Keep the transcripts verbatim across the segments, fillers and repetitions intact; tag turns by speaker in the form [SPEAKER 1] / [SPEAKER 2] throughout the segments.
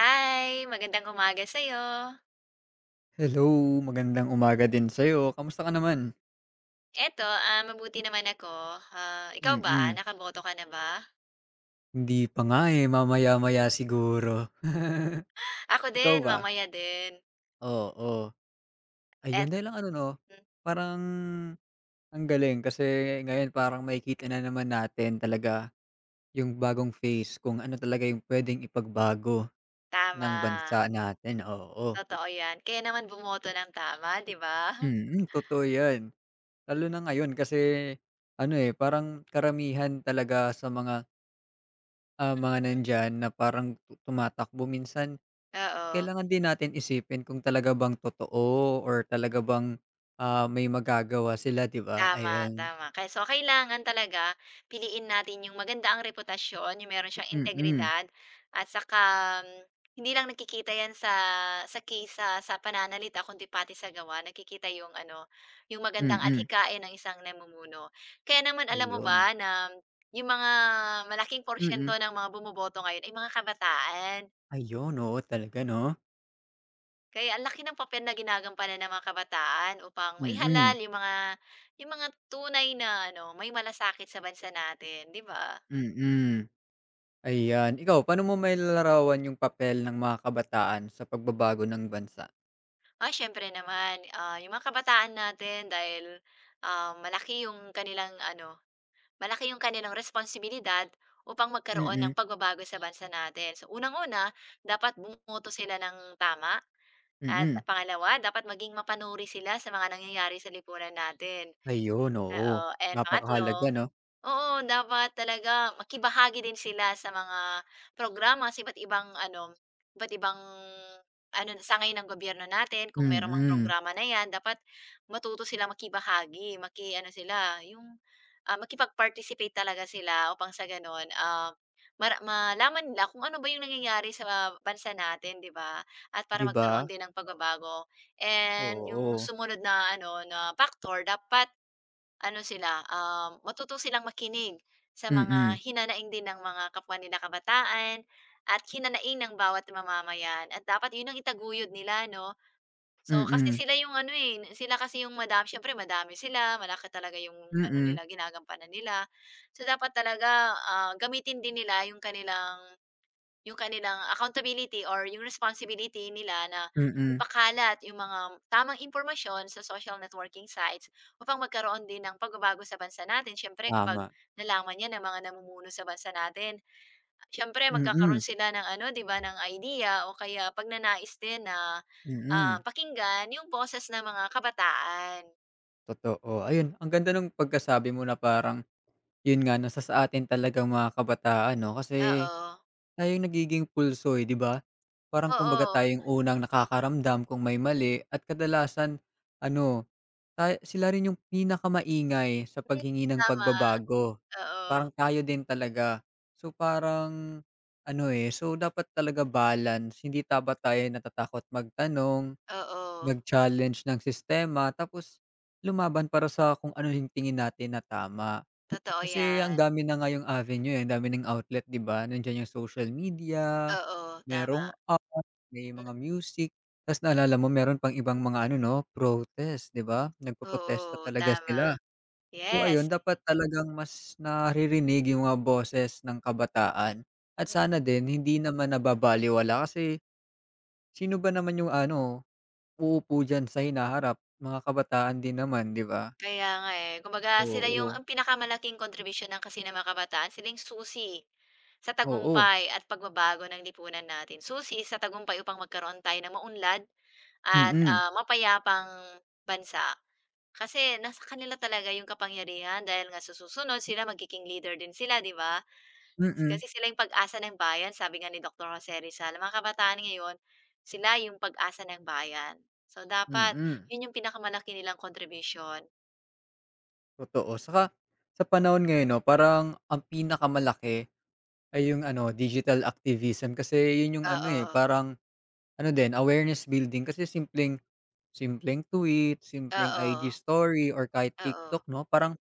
[SPEAKER 1] Hi, magandang umaga sa'yo.
[SPEAKER 2] Hello, magandang umaga din sa'yo. Kamusta ka naman?
[SPEAKER 1] Eto, ah, mabuti naman ako. Ah, ikaw ba,
[SPEAKER 2] Mm,
[SPEAKER 1] nakaboto ka na ba?
[SPEAKER 2] Hindi pa nga, eh, mamaya-maya siguro.
[SPEAKER 1] Ako
[SPEAKER 2] Ikaw
[SPEAKER 1] din,
[SPEAKER 2] ba?
[SPEAKER 1] mamaya din.
[SPEAKER 2] Oo, ayun
[SPEAKER 1] At
[SPEAKER 2] dahil lang ano 'no,
[SPEAKER 1] hmm,
[SPEAKER 2] parang ang galing kasi ngayon parang makikita na naman natin talaga yung bagong face kung ano talaga yung pwedeng ipagbago ng
[SPEAKER 1] Tama,
[SPEAKER 2] bansa natin, oo.
[SPEAKER 1] totoo 'yan. Kaya naman bumoto ng tama, 'di ba?
[SPEAKER 2] Mm, totoo 'yan. Lalo na ngayon kasi ano, eh, parang karamihan talaga sa mga Ah, mga nandiyan na parang tu tumatakbo minsan
[SPEAKER 1] Oo.
[SPEAKER 2] kailangan din natin isipin kung talaga bang totoo or talaga bang, ah, may magagawa sila 'di ba?
[SPEAKER 1] Tama,
[SPEAKER 2] Ayun.
[SPEAKER 1] tama. Kaya so kailangan talaga piliin natin yung maganda ang reputasyon, yung meron siyang
[SPEAKER 2] Mm,
[SPEAKER 1] integridad at saka mm, hindi lang nakikita 'yan sa sa case sa sa pananalita kundi pati sa gawa. Nakikita yung ano, yung magandang at
[SPEAKER 2] mm.
[SPEAKER 1] hikain ng isang namumuno. Kaya naman alam mo
[SPEAKER 2] Ayun.
[SPEAKER 1] ba na yung mga malaking porsiyento
[SPEAKER 2] Mm,
[SPEAKER 1] ng mga bumoboto ngayon ay mga kabataan.
[SPEAKER 2] ayun oo talaga 'no?
[SPEAKER 1] Kaya ang laki ng papel na ginagampanan ng mga kabataan upang maihalal
[SPEAKER 2] Mm,
[SPEAKER 1] yung mga yung mga tunay na ano, may malasakit sa bansa natin, 'di ba?
[SPEAKER 2] mm. Ayan, ikaw paano mo mailarawan yung papel ng mga kabataan sa pagbabago ng bansa?
[SPEAKER 1] Ah, siyempre naman, ah, yung mga kabataan natin dahil, ah, malaki yung kanilang ano, malaki yung kanilang responsibilidad upang magkaroon
[SPEAKER 2] Mm,
[SPEAKER 1] ng pagbabago sa bansa natin. So, unang-una, dapat bumoto sila ng tama at
[SPEAKER 2] mm.
[SPEAKER 1] pangalawa, dapat maging mapanuri sila sa mga nangyayari sa lipunan natin.
[SPEAKER 2] Ayun, oo.
[SPEAKER 1] Oo, and
[SPEAKER 2] Napakahalaga
[SPEAKER 1] pangatlo,
[SPEAKER 2] 'no?
[SPEAKER 1] oo dapat talaga makibahagi din sila sa mga programa sa iba't ibang ano, iba't ibang ano, sangay ng gobyerno natin kung meron mang
[SPEAKER 2] Mm,
[SPEAKER 1] programa na 'yan dapat matuto sila makibahagi, maki-ano sila yung, ah, makipag-participate talaga sila upang sa gano'n, ah, mara malaman nila kung ano ba yung nangyayari sa bansa natin, 'di ba? At para
[SPEAKER 2] 'di
[SPEAKER 1] magkaroon
[SPEAKER 2] ba?
[SPEAKER 1] din ng pagbabago. And yung
[SPEAKER 2] Oo,
[SPEAKER 1] sumunod na ano, na factor dapat ano sila, um, matuto silang makinig sa mga
[SPEAKER 2] mm.
[SPEAKER 1] hinanaing din ng mga kapwa nila kabataan at hinanaing ng bawat mamamayan at dapat yun ang itaguyod nila 'no. So, kasi
[SPEAKER 2] Mm,
[SPEAKER 1] sila yung ano, eh, sila kasi yung madami siyempre madami sila, malaki talaga yung ano
[SPEAKER 2] mm,
[SPEAKER 1] nila, ginagampanan nila. So, dapat talaga, ah, gamitin din nila yung kanilang yung kanilang accountability or yung responsibility nila na
[SPEAKER 2] mm,
[SPEAKER 1] ipakalat yung mga tamang impormasyon sa social networking sites upang magkaroon din ng pagbabago sa bansa natin. Siyempre kapag
[SPEAKER 2] tama,
[SPEAKER 1] nalaman 'yan ng mga namumuno sa bansa natin. Siyempre
[SPEAKER 2] mm,
[SPEAKER 1] magkakaroon sila ng ano, 'di ba, ng idea o kaya pagnanais din na, ah,
[SPEAKER 2] mm,
[SPEAKER 1] pakinggan yung boses ng mga kabataan.
[SPEAKER 2] totoo. Ayun, ang ganda nung pagkasabi mo na parang yun nga, nasa sa atin talagang mga kabataan 'no, kasi
[SPEAKER 1] Oo,
[SPEAKER 2] tayo yung nagiging pulso, eh, 'di ba? Parang kumbaga
[SPEAKER 1] oo,
[SPEAKER 2] tayong unang nakakaramdam kung may mali at kadalasan ano Tay sila rin yung pinakamaingay sa
[SPEAKER 1] hmm,
[SPEAKER 2] paghingi ng
[SPEAKER 1] tama,
[SPEAKER 2] pagbabago.
[SPEAKER 1] oo,
[SPEAKER 2] Parang tayo din talaga. So, parang ano, eh, so dapat talaga balance. Hindi dapat tayo natatakot magtanong,
[SPEAKER 1] oo,
[SPEAKER 2] mag-challenge ng sistema, tapos lumaban para sa kung ano yung tingin natin na tama.
[SPEAKER 1] totoo
[SPEAKER 2] Kasi ang
[SPEAKER 1] 'yan.
[SPEAKER 2] dami na ngayong avenue, eh, ang dami ng outlet 'di ba? Nandiyan yung social media,
[SPEAKER 1] Oo, tama,
[SPEAKER 2] merong app, may
[SPEAKER 1] mm,
[SPEAKER 2] mga music, ta's naalala mo meron pang ibang mga ano 'no, protest 'di ba? Nagpoprotesta
[SPEAKER 1] oo,
[SPEAKER 2] talaga
[SPEAKER 1] tama,
[SPEAKER 2] sila. So
[SPEAKER 1] yes.
[SPEAKER 2] ayun, dapat talagang mas naririnig yung mga boses ng kabataan at
[SPEAKER 1] Mm.
[SPEAKER 2] sana din hindi naman nababalewala kasi sino ba naman yung ano, uupo diyan sa hinaharap, mga kabataan din naman 'di ba?
[SPEAKER 1] Kaya nga, eh. Kumbaga sila
[SPEAKER 2] Oo,
[SPEAKER 1] yung ang pinakamalaking kontribusyon ng kasi ng mga kabataan, sila yung susi sa
[SPEAKER 2] oo.
[SPEAKER 1] tagumpay at pagbabago ng lipunan natin. Susi sa tagumpay upang magkaroon tayo ng maunlad at,
[SPEAKER 2] Mm,
[SPEAKER 1] ah, mapayapang bansa. Kasi nasa kanila talaga yung kapangyarihan dahil nga sa susunod sila magiging leader din sila, 'di ba?
[SPEAKER 2] mm,
[SPEAKER 1] Kasi sila yung pag-asa ng bayan, sabi nga ni Doktor Jose Rizal. Ang mga kabataan ngayon, sila yung pag-asa ng bayan. So
[SPEAKER 2] mm,
[SPEAKER 1] dapat
[SPEAKER 2] mm.
[SPEAKER 1] yun yung pinakamalaki nilang contribution.
[SPEAKER 2] Totoo. Saka sa panahon ngayon 'no, parang ang pinakamalaki ay yung ano, digital activism kasi yun yung ano, eh,
[SPEAKER 1] Oo.
[SPEAKER 2] parang ano din, awareness building kasi simpleng simpleng tweet, simpleng
[SPEAKER 1] Oo,
[SPEAKER 2] I G story or kahit
[SPEAKER 1] oo,
[SPEAKER 2] TikTok 'no, parang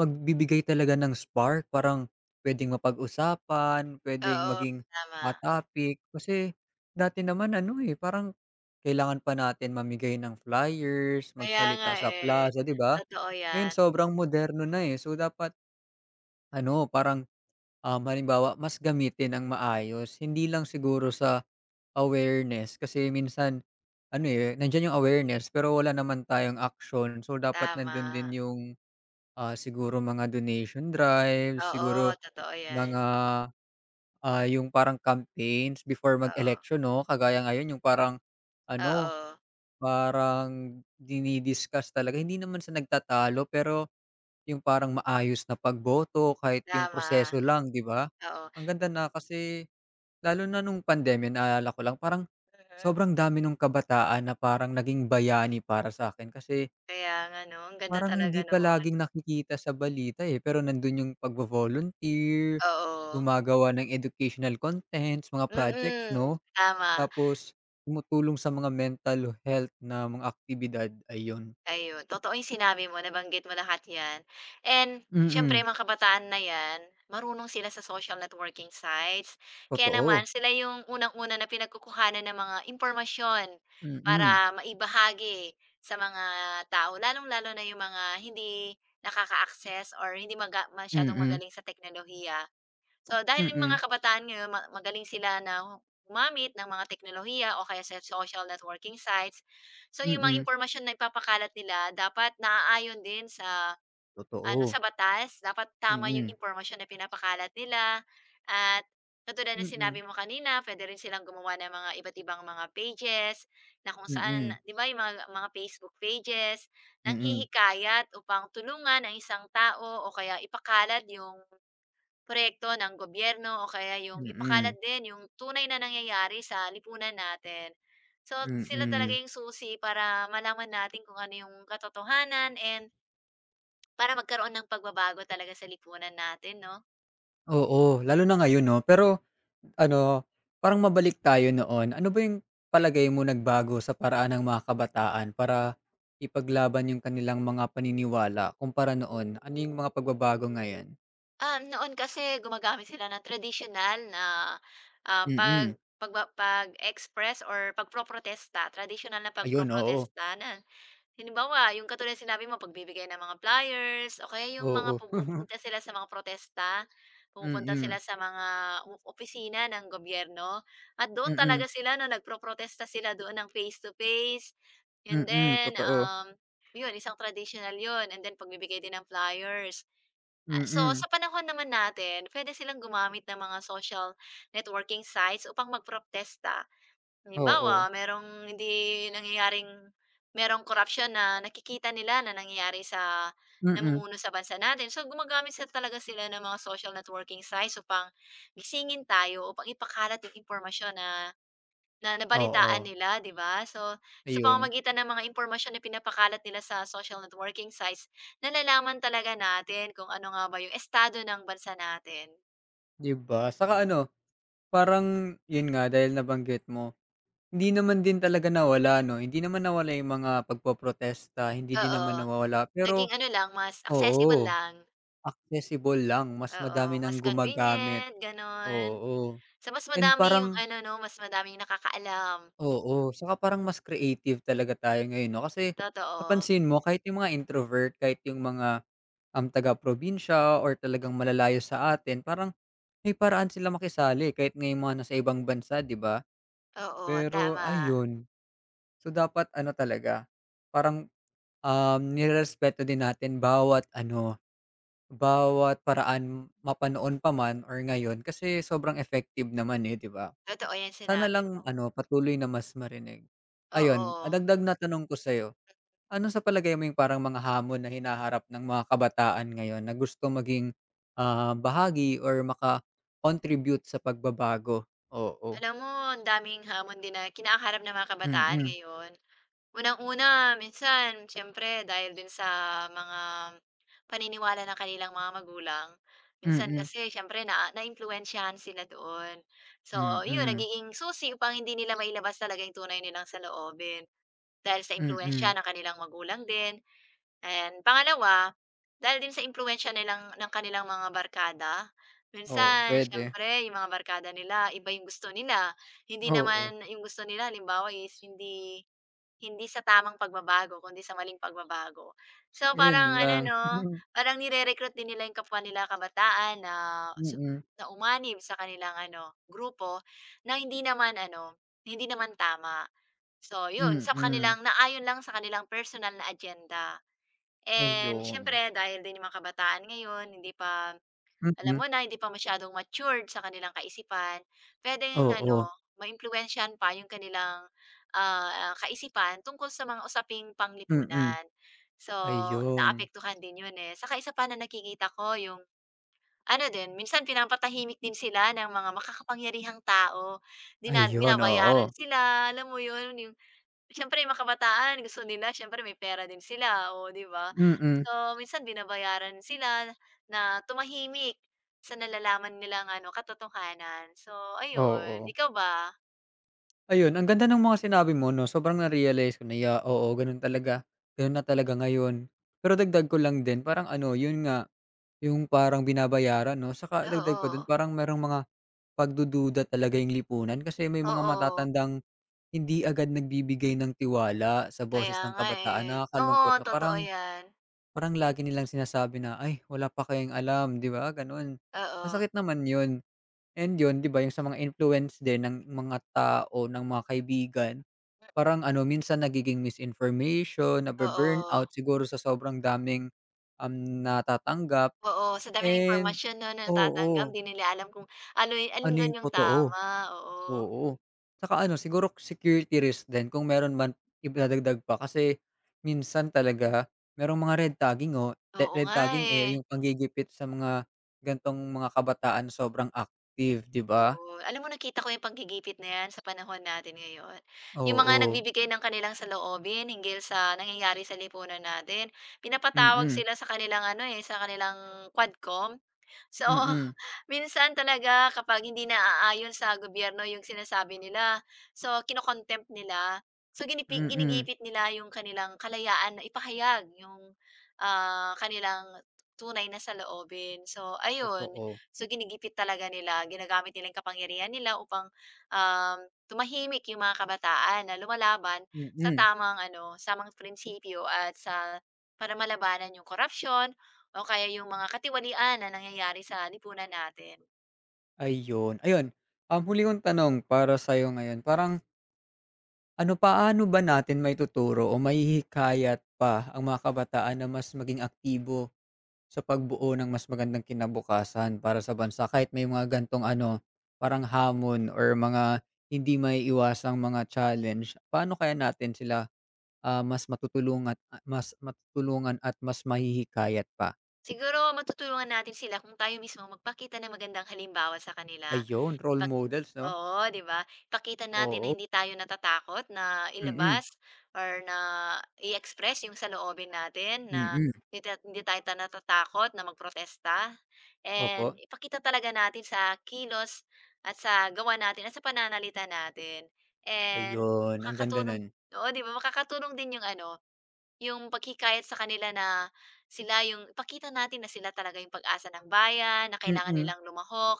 [SPEAKER 2] magbibigay talaga ng spark, parang pwedeng mapag-usapan, pwedeng
[SPEAKER 1] oo,
[SPEAKER 2] maging,
[SPEAKER 1] tama.
[SPEAKER 2] ah, topic. Kasi dati naman ano, eh, parang kailangan pa natin mamigay ng flyers,
[SPEAKER 1] Kaya nga,
[SPEAKER 2] magsalita sa
[SPEAKER 1] eh,
[SPEAKER 2] plaza, 'di ba?
[SPEAKER 1] totoo
[SPEAKER 2] Ngayon
[SPEAKER 1] 'yan,
[SPEAKER 2] sobrang moderno na, eh. So, dapat ano, parang, um, halimbawa mas gamitin ang maayos. Hindi lang siguro sa awareness kasi minsan ano, eh, nandiyan yung awareness pero wala naman tayong action. So, dapat nandun
[SPEAKER 1] tama.
[SPEAKER 2] din yung, ah, siguro mga donation drives,
[SPEAKER 1] Oo,
[SPEAKER 2] siguro
[SPEAKER 1] totoo
[SPEAKER 2] mga,
[SPEAKER 1] 'yan,
[SPEAKER 2] ah, yung parang campaigns before
[SPEAKER 1] oo,
[SPEAKER 2] mag-election 'no? Kagaya ngayon yung parang ano,
[SPEAKER 1] oo,
[SPEAKER 2] parang dini-discuss talaga hindi naman sa nagtatalo pero yung parang maayos na pagboto kahit yung
[SPEAKER 1] tama,
[SPEAKER 2] proseso lang, 'di ba?
[SPEAKER 1] oo.
[SPEAKER 2] Ang ganda na kasi lalo na nung pandemya naalala ko lang parang
[SPEAKER 1] Mhm,
[SPEAKER 2] sobrang dami nung kabataan na parang naging bayani para sa'kin kasi
[SPEAKER 1] kaya nga 'no, ang ganda
[SPEAKER 2] parang
[SPEAKER 1] talaga
[SPEAKER 2] hindi pa
[SPEAKER 1] noon,
[SPEAKER 2] laging nakikita sa balita, eh, pero nandun yung pagvo-volunteer,
[SPEAKER 1] oo,
[SPEAKER 2] gumagawa ng educational contents, mga projects
[SPEAKER 1] mm,
[SPEAKER 2] 'no?
[SPEAKER 1] tama.
[SPEAKER 2] Tapos tumutulong sa mga mental health na mga aktibidad, ayun.
[SPEAKER 1] Ayun, totoo yung sinabi mo, nabanggit mo lahat 'yan. And siyempre
[SPEAKER 2] Mm,
[SPEAKER 1] mga kabataan na 'yan, marunong sila sa social networking sites. Kaya naman
[SPEAKER 2] totoo.
[SPEAKER 1] sila yung unang-una na pinagkukuhanan ng mga impormasyon para
[SPEAKER 2] Mm,
[SPEAKER 1] maibahagi sa mga tao, lalong-lalo na yung mga hindi nakaka-access or hindi maga masyadong
[SPEAKER 2] mm,
[SPEAKER 1] magaling sa teknolohiya. So, dahil yung mga
[SPEAKER 2] mm.
[SPEAKER 1] kabataan ngayon ma magaling sila na gumamit ng mga teknolohiya o kaya sa social networking sites. So, yung mga
[SPEAKER 2] Mm.
[SPEAKER 1] impormasyon na ipapakalat nila dapat naaayon din sa ano,
[SPEAKER 2] Totoo.
[SPEAKER 1] sa batas. Dapat tama yung
[SPEAKER 2] Mm.
[SPEAKER 1] impormasyon na pinapakalat nila at katulad ng
[SPEAKER 2] Mm.
[SPEAKER 1] sinabi mo kanina, puwede rin silang gumawa ng mga iba't ibang mga pages na kung saan
[SPEAKER 2] Mm.
[SPEAKER 1] 'di ba yung mga mga Facebook pages, nang
[SPEAKER 2] Mm.
[SPEAKER 1] hihikayat upang tulungan ang isang tao o kaya ipakalat yung proyekto ng gobyerno o kaya yung
[SPEAKER 2] Mm.
[SPEAKER 1] ipakalat din yung tunay na nangyayari sa lipunan natin. So, sila talaga
[SPEAKER 2] Mm.
[SPEAKER 1] yung susi para malaman natin kung ano yung katotohanan and para magkaroon ng pagbabago talaga sa lipunan natin, 'no?
[SPEAKER 2] Oo, lalo na ngayon 'no. Pero ano, parang mabalik tayo noon. Ano ba yung palagay mo nagbago sa paraan ng mga kabataan para ipaglaban yung kanilang mga paniniwala kumpara noon? Ano yung mga pagbabago ngayon?
[SPEAKER 1] Um, noon kasi gumagamit sila ng traditional na, ah,
[SPEAKER 2] Mm.
[SPEAKER 1] pag pag pag-express or pagproprotesta, traditional na
[SPEAKER 2] Ayun, oo.
[SPEAKER 1] pagproprotesta na. Halimbawa, yung katulad sinabi mo pagbibigay ng mga flyers o kaya yung mga
[SPEAKER 2] Oo.
[SPEAKER 1] pumupunta sila sa mga protesta, pumupunta sila
[SPEAKER 2] Mm.
[SPEAKER 1] sa mga o opisina ng gobyerno at doon
[SPEAKER 2] Mm.
[SPEAKER 1] talaga sila 'no, protesta sila doon ng face to face and
[SPEAKER 2] Mm.
[SPEAKER 1] then,
[SPEAKER 2] Totoo.
[SPEAKER 1] um, yun isang traditional yun and then pagbibigay din ng flyers. Ah, so
[SPEAKER 2] Mm.
[SPEAKER 1] sa panahon naman natin pwede silang gumamit ng mga social networking sites upang magprotesta. Halimbawa,
[SPEAKER 2] Oo.
[SPEAKER 1] merong hindi nangyayaring merong korapsiyon na nakikita nila na nangyayari sa
[SPEAKER 2] Mm.
[SPEAKER 1] namumuno sa bansa natin. So, gumagamit sa talaga sila ng mga social networking sites upang gisingin tayo, upang ipakalat yung impormasyon na na nabalitaan
[SPEAKER 2] Oo.
[SPEAKER 1] nila, 'di ba? So, sa
[SPEAKER 2] Ayun.
[SPEAKER 1] pamamagitan ng mga impormasyon na pinapakalat nila sa social networking sites, nalalaman talaga natin kung ano nga ba yung estado ng bansa natin.
[SPEAKER 2] 'Di ba? Saka ano, parang 'yun nga dahil nabanggit mo, hindi naman din talaga nawala 'no, hindi naman nawala 'yung mga pagpoprotesta, hindi din
[SPEAKER 1] Oo,
[SPEAKER 2] naman nawawala pero
[SPEAKER 1] naging ano lang, mas accessible
[SPEAKER 2] oo,
[SPEAKER 1] lang.
[SPEAKER 2] accessible lang, mas
[SPEAKER 1] Oo,
[SPEAKER 2] madami ng
[SPEAKER 1] mas
[SPEAKER 2] gumagamit,
[SPEAKER 1] convenient, gano'n.
[SPEAKER 2] oo.
[SPEAKER 1] So, mas
[SPEAKER 2] And
[SPEAKER 1] madami yung
[SPEAKER 2] parang
[SPEAKER 1] ano 'no, mas madami yung nakakaalam,
[SPEAKER 2] oo, saka parang mas creative talaga tayo ngayon 'no, kasi
[SPEAKER 1] totoo.
[SPEAKER 2] napansin mo kahit 'yung mga introvert, kahit 'yung mga, um, taga-probinsya or talagang malalayo sa atin, parang may paraan sila makisali kahit nga 'yung mga nasa ibang bansa, 'di ba?
[SPEAKER 1] Oo,
[SPEAKER 2] Pero
[SPEAKER 1] tama.
[SPEAKER 2] ayun, so dapat ano talaga, parang, um, nirerespeto din natin bawat ano, bawat paraan mapa noon pa man or ngayon kasi sobrang effective naman, eh, 'di ba?
[SPEAKER 1] Totoo yan
[SPEAKER 2] Sana
[SPEAKER 1] sinabi mo,
[SPEAKER 2] lang ano, patuloy na mas marinig. Ayun, ah,
[SPEAKER 1] oo.
[SPEAKER 2] dagdag na tanong ko sa'yo, ano sa palagay mo yung parang mga hamon na hinaharap ng mga kabataan ngayon na gusto maging, ah, bahagi or maka-contribute sa pagbabago? Oo.
[SPEAKER 1] Alam mo ang daming hamon din na kinakaharap ng mga kabataan
[SPEAKER 2] Mm,
[SPEAKER 1] ngayon. Unang-una minsan siyempre dahil din sa mga paniniwala ng kanilang mga magulang. Minsan
[SPEAKER 2] mm,
[SPEAKER 1] kasi siyempre na naiimpluwensyahan sila doon. So, yun
[SPEAKER 2] mm,
[SPEAKER 1] nagiging susi upang hindi nila mailabas talaga yung tunay nilang saloobin. Dahil sa
[SPEAKER 2] mm,
[SPEAKER 1] impluwensiya
[SPEAKER 2] mm.
[SPEAKER 1] ng kanilang magulang din, and pangalawa, dahil din sa impluwensiya nilang ng kanilang mga barkada.
[SPEAKER 2] Oo,
[SPEAKER 1] Minsan
[SPEAKER 2] puwede.
[SPEAKER 1] siyempre yung mga barkada nila iba yung gusto nila, hindi
[SPEAKER 2] Oo,
[SPEAKER 1] naman yung gusto nila halimbawa is hindi hindi sa tamang pagbabago kundi sa maling pagbabago. So,
[SPEAKER 2] ayun
[SPEAKER 1] parang ano
[SPEAKER 2] lang.
[SPEAKER 1] 'no, parang nire-recruit din nila yung kapwa nila kabataan na su
[SPEAKER 2] Mm,
[SPEAKER 1] na umanib sa kanilang ano, grupo na hindi naman ano, hindi naman tama. So, yun sa
[SPEAKER 2] mm,
[SPEAKER 1] kanilang naayon lang sa kanilang personal na agenda. And
[SPEAKER 2] ayun.
[SPEAKER 1] siyempre dahil din yung mga kabataan ngayon hindi pa, alam
[SPEAKER 2] Mm,
[SPEAKER 1] mo na, hindi pa masyadong matured sa kanilang kaisipan, puwedeng ano,
[SPEAKER 2] oo,
[SPEAKER 1] maimpluwensyahan pa yung kanilang, ah, ah, kaisipan tungkol sa mga usaping
[SPEAKER 2] mm,
[SPEAKER 1] panglipunan. So,
[SPEAKER 2] ayun.
[SPEAKER 1] naapektuhan din yun, eh. Saka isa pa na nakikita ko yung ano din, minsan pinapatahimik din sila ng mga makakapangyarihang tao. Dina
[SPEAKER 2] Ayun,
[SPEAKER 1] binabayaran
[SPEAKER 2] oo.
[SPEAKER 1] sila, alam mo yun, yung. Siyempre yung mga kabataan gusto nila siyempre may pera din sila, oh, 'di ba?
[SPEAKER 2] Mm,
[SPEAKER 1] So, minsan binabayaran sila na tumahimik sa nalalaman nilang ano, katotohanan. So, ayun.
[SPEAKER 2] oo.
[SPEAKER 1] Ikaw ba?
[SPEAKER 2] Ayun, ang ganda ng mga sinabi mo 'no, sobrang na-realize ko na ya oo, gano'n talaga, gano'n na talaga ngayon. Pero dagdag ko lang din parang ano, yun nga, yung parang binabayaran 'no, saka dagdag pa dun
[SPEAKER 1] Oo,
[SPEAKER 2] parang merong mga pagdududa talaga yung lipunan kasi may mga
[SPEAKER 1] oo.
[SPEAKER 2] matatandang hindi agad nagbibigay ng tiwala sa boses
[SPEAKER 1] Kaya
[SPEAKER 2] ng
[SPEAKER 1] nga,
[SPEAKER 2] kabataan.
[SPEAKER 1] eh. Oo,
[SPEAKER 2] Nakakalungkot na
[SPEAKER 1] totoo
[SPEAKER 2] parang
[SPEAKER 1] 'yan.
[SPEAKER 2] parang lagi nilang sinasabi na, "Ay wala pa kayang alam," 'di ba, gano'n.
[SPEAKER 1] Oo,
[SPEAKER 2] Masakit naman 'yun and 'yun 'di ba yung sa mga influence din ng mga tao, ng mga kaibigan, parang ano minsan nagiging misinformation,
[SPEAKER 1] oo,
[SPEAKER 2] nabu-burnout siguro sa sobrang daming, um, natatanggap
[SPEAKER 1] oo. Sa dami ng
[SPEAKER 2] and
[SPEAKER 1] impormasyon 'no, na natatanggap,
[SPEAKER 2] oo,
[SPEAKER 1] 'di nila alam kung ano y alin
[SPEAKER 2] ano yung
[SPEAKER 1] dun yung
[SPEAKER 2] totoo.
[SPEAKER 1] tama, oo.
[SPEAKER 2] Oo. Tsaka ano siguro security risk din kung meron man idadagdag pa kasi minsan talaga merong mga red tagging, oh. Re
[SPEAKER 1] Oo
[SPEAKER 2] red
[SPEAKER 1] nga,
[SPEAKER 2] tagging,
[SPEAKER 1] eh.
[SPEAKER 2] eh, yung panggigipit sa mga gantong mga kabataan sobrang active, 'di ba?
[SPEAKER 1] Oo. Alam mo nakita ko yung panggigipit na yan sa panahon natin ngayon. Yung mga
[SPEAKER 2] Oo.
[SPEAKER 1] nagbibigay ng kanilang saloobin hinggil sa nangyayari sa lipunan natin, pinapatawag
[SPEAKER 2] Mm,
[SPEAKER 1] sila sa kanilang ano, eh, sa kanilang Quadcom. So,
[SPEAKER 2] mm,
[SPEAKER 1] minsan talaga kapag hindi naaayon sa gobyerno yung sinasabi nila, so kino nila. So, ginipi
[SPEAKER 2] mm.
[SPEAKER 1] ginigipit nila yung kanilang kalayaan na ipahayag yung, ah, kanilang tunay na saloobin. So, ayun.
[SPEAKER 2] Totoo.
[SPEAKER 1] So, ginigipit talaga nila, ginagamit nila yung kapangyarihan nila upang, um, tumahimik yung mga kabataan na lumalaban sa
[SPEAKER 2] Mm,
[SPEAKER 1] tamang ano, tamang prinsipyo at sa para malabanan yung korapsiyon o kaya yung mga katiwalian na nangyayari sa lipunan natin.
[SPEAKER 2] ayun. Ayun, um, huli kong tanong para sa'yo ngayon, parang ano, paano ba natin may maituturo o may mahihikayat pa ang mga kabataan na mas maging aktibo? Sa pagbuo ng mas magandang kinabukasan para sa bansa kahit may mga gan'tong ano, parang hamon or mga hindi maiiwasang mga challenge, paano kaya natin sila, ah, mas matutulungan at mas matutulungan at mas mahihikayat pa?
[SPEAKER 1] Siguro matutulungan natin sila kung tayo mismo magpakita ng magandang halimbawa sa kanila.
[SPEAKER 2] Ayun, role
[SPEAKER 1] Ipak
[SPEAKER 2] models 'no?
[SPEAKER 1] Oo, 'di ba? Ipakita natin na
[SPEAKER 2] Oo,
[SPEAKER 1] hindi tayo natatakot na
[SPEAKER 2] mm, mm.
[SPEAKER 1] ilabas or na i-express yung saloobin natin
[SPEAKER 2] Mm,
[SPEAKER 1] na
[SPEAKER 2] mm.
[SPEAKER 1] hindi, ta- hindi tayo ta- natatakot na magprotesta. And
[SPEAKER 2] Opo,
[SPEAKER 1] ipakita talaga natin sa kilos at sa gawa natin at sa pananalita natin. And
[SPEAKER 2] ayun ang ganda
[SPEAKER 1] makakatulong,
[SPEAKER 2] nun.
[SPEAKER 1] oo, 'di ba? Makakatulong din yung ano, yung paghikayat sa kanila na sila yung ipakita natin na sila talaga yung pag-asa ng bayan, na
[SPEAKER 2] Mm,
[SPEAKER 1] kailangan
[SPEAKER 2] mm,
[SPEAKER 1] nilang lumahok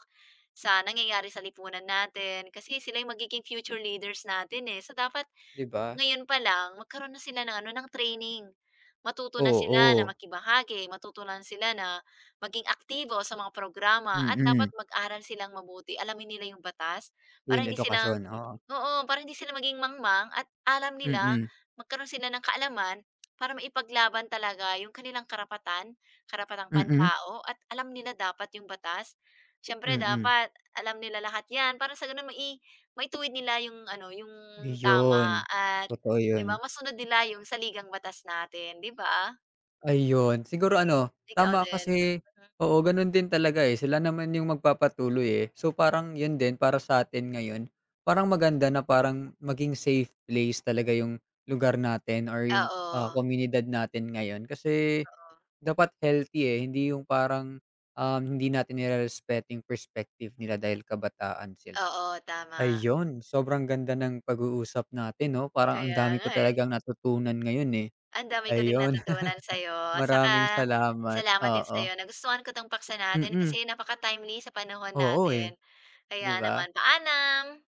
[SPEAKER 1] sa nangyayari sa lipunan natin kasi sila yung magiging future leaders natin, eh. So, dapat
[SPEAKER 2] 'di ba?
[SPEAKER 1] ngayon pa lang magkaroon na sila ng ano, ng training. Matuto na sila na
[SPEAKER 2] Oo,
[SPEAKER 1] makibahagi, matuto na sila na maging aktibo sa mga programa
[SPEAKER 2] mm.
[SPEAKER 1] at dapat
[SPEAKER 2] Mm.
[SPEAKER 1] mag-aral silang mabuti, alamin nila yung batas para
[SPEAKER 2] Yun
[SPEAKER 1] hindi sila
[SPEAKER 2] edukasyon, oo.
[SPEAKER 1] oo, para hindi sila maging mangmang at alam
[SPEAKER 2] Mm,
[SPEAKER 1] nila,
[SPEAKER 2] mm,
[SPEAKER 1] magkaroon sila ng kaalaman para maipaglaban talaga yung kanilang karapatan, karapatang
[SPEAKER 2] mm.
[SPEAKER 1] pantao at alam nila dapat yung batas. Siyempre
[SPEAKER 2] Mm.
[SPEAKER 1] dapat alam nila lahat 'yan para sa gano'n mai maituwid nila yung ano, yung
[SPEAKER 2] Ayun,
[SPEAKER 1] tama at
[SPEAKER 2] totoo
[SPEAKER 1] 'di
[SPEAKER 2] yun.
[SPEAKER 1] ba masunod nila yung saligang batas natin, 'di ba?
[SPEAKER 2] Ayun, siguro ano,
[SPEAKER 1] Ikaw
[SPEAKER 2] tama
[SPEAKER 1] din?
[SPEAKER 2] kasi
[SPEAKER 1] Mhm.
[SPEAKER 2] oo, gano'n din talaga, eh, sila naman yung magpapatuloy, eh. So, parang yun din para sa atin ngayon, parang maganda na parang maging safe place talaga yung lugar natin or yung, ah,
[SPEAKER 1] Oo,
[SPEAKER 2] komunidad natin ngayon. Kasi
[SPEAKER 1] oo.
[SPEAKER 2] dapat healthy, eh, hindi yung parang, um, hindi natin nirerespeto yung perspective nila dahil kabataan sila.
[SPEAKER 1] Oo, tama.
[SPEAKER 2] Ayun, sobrang ganda ng pag-uusap natin 'no, parang ang
[SPEAKER 1] Kaya
[SPEAKER 2] dami ko
[SPEAKER 1] nga, eh.
[SPEAKER 2] talagang natutunan ngayon, eh.
[SPEAKER 1] Ang dami ko ding
[SPEAKER 2] Ayun.
[SPEAKER 1] natutunan sa'yo,
[SPEAKER 2] Maraming
[SPEAKER 1] saka
[SPEAKER 2] salamat,
[SPEAKER 1] salamat din
[SPEAKER 2] oo.
[SPEAKER 1] sa'yo. Nagustuhan ko 'tong paksa natin
[SPEAKER 2] Mm,
[SPEAKER 1] kasi napaka-timely sa panahon
[SPEAKER 2] oo, eh,
[SPEAKER 1] natin.
[SPEAKER 2] 'di
[SPEAKER 1] Kaya
[SPEAKER 2] ba?
[SPEAKER 1] naman, paalam.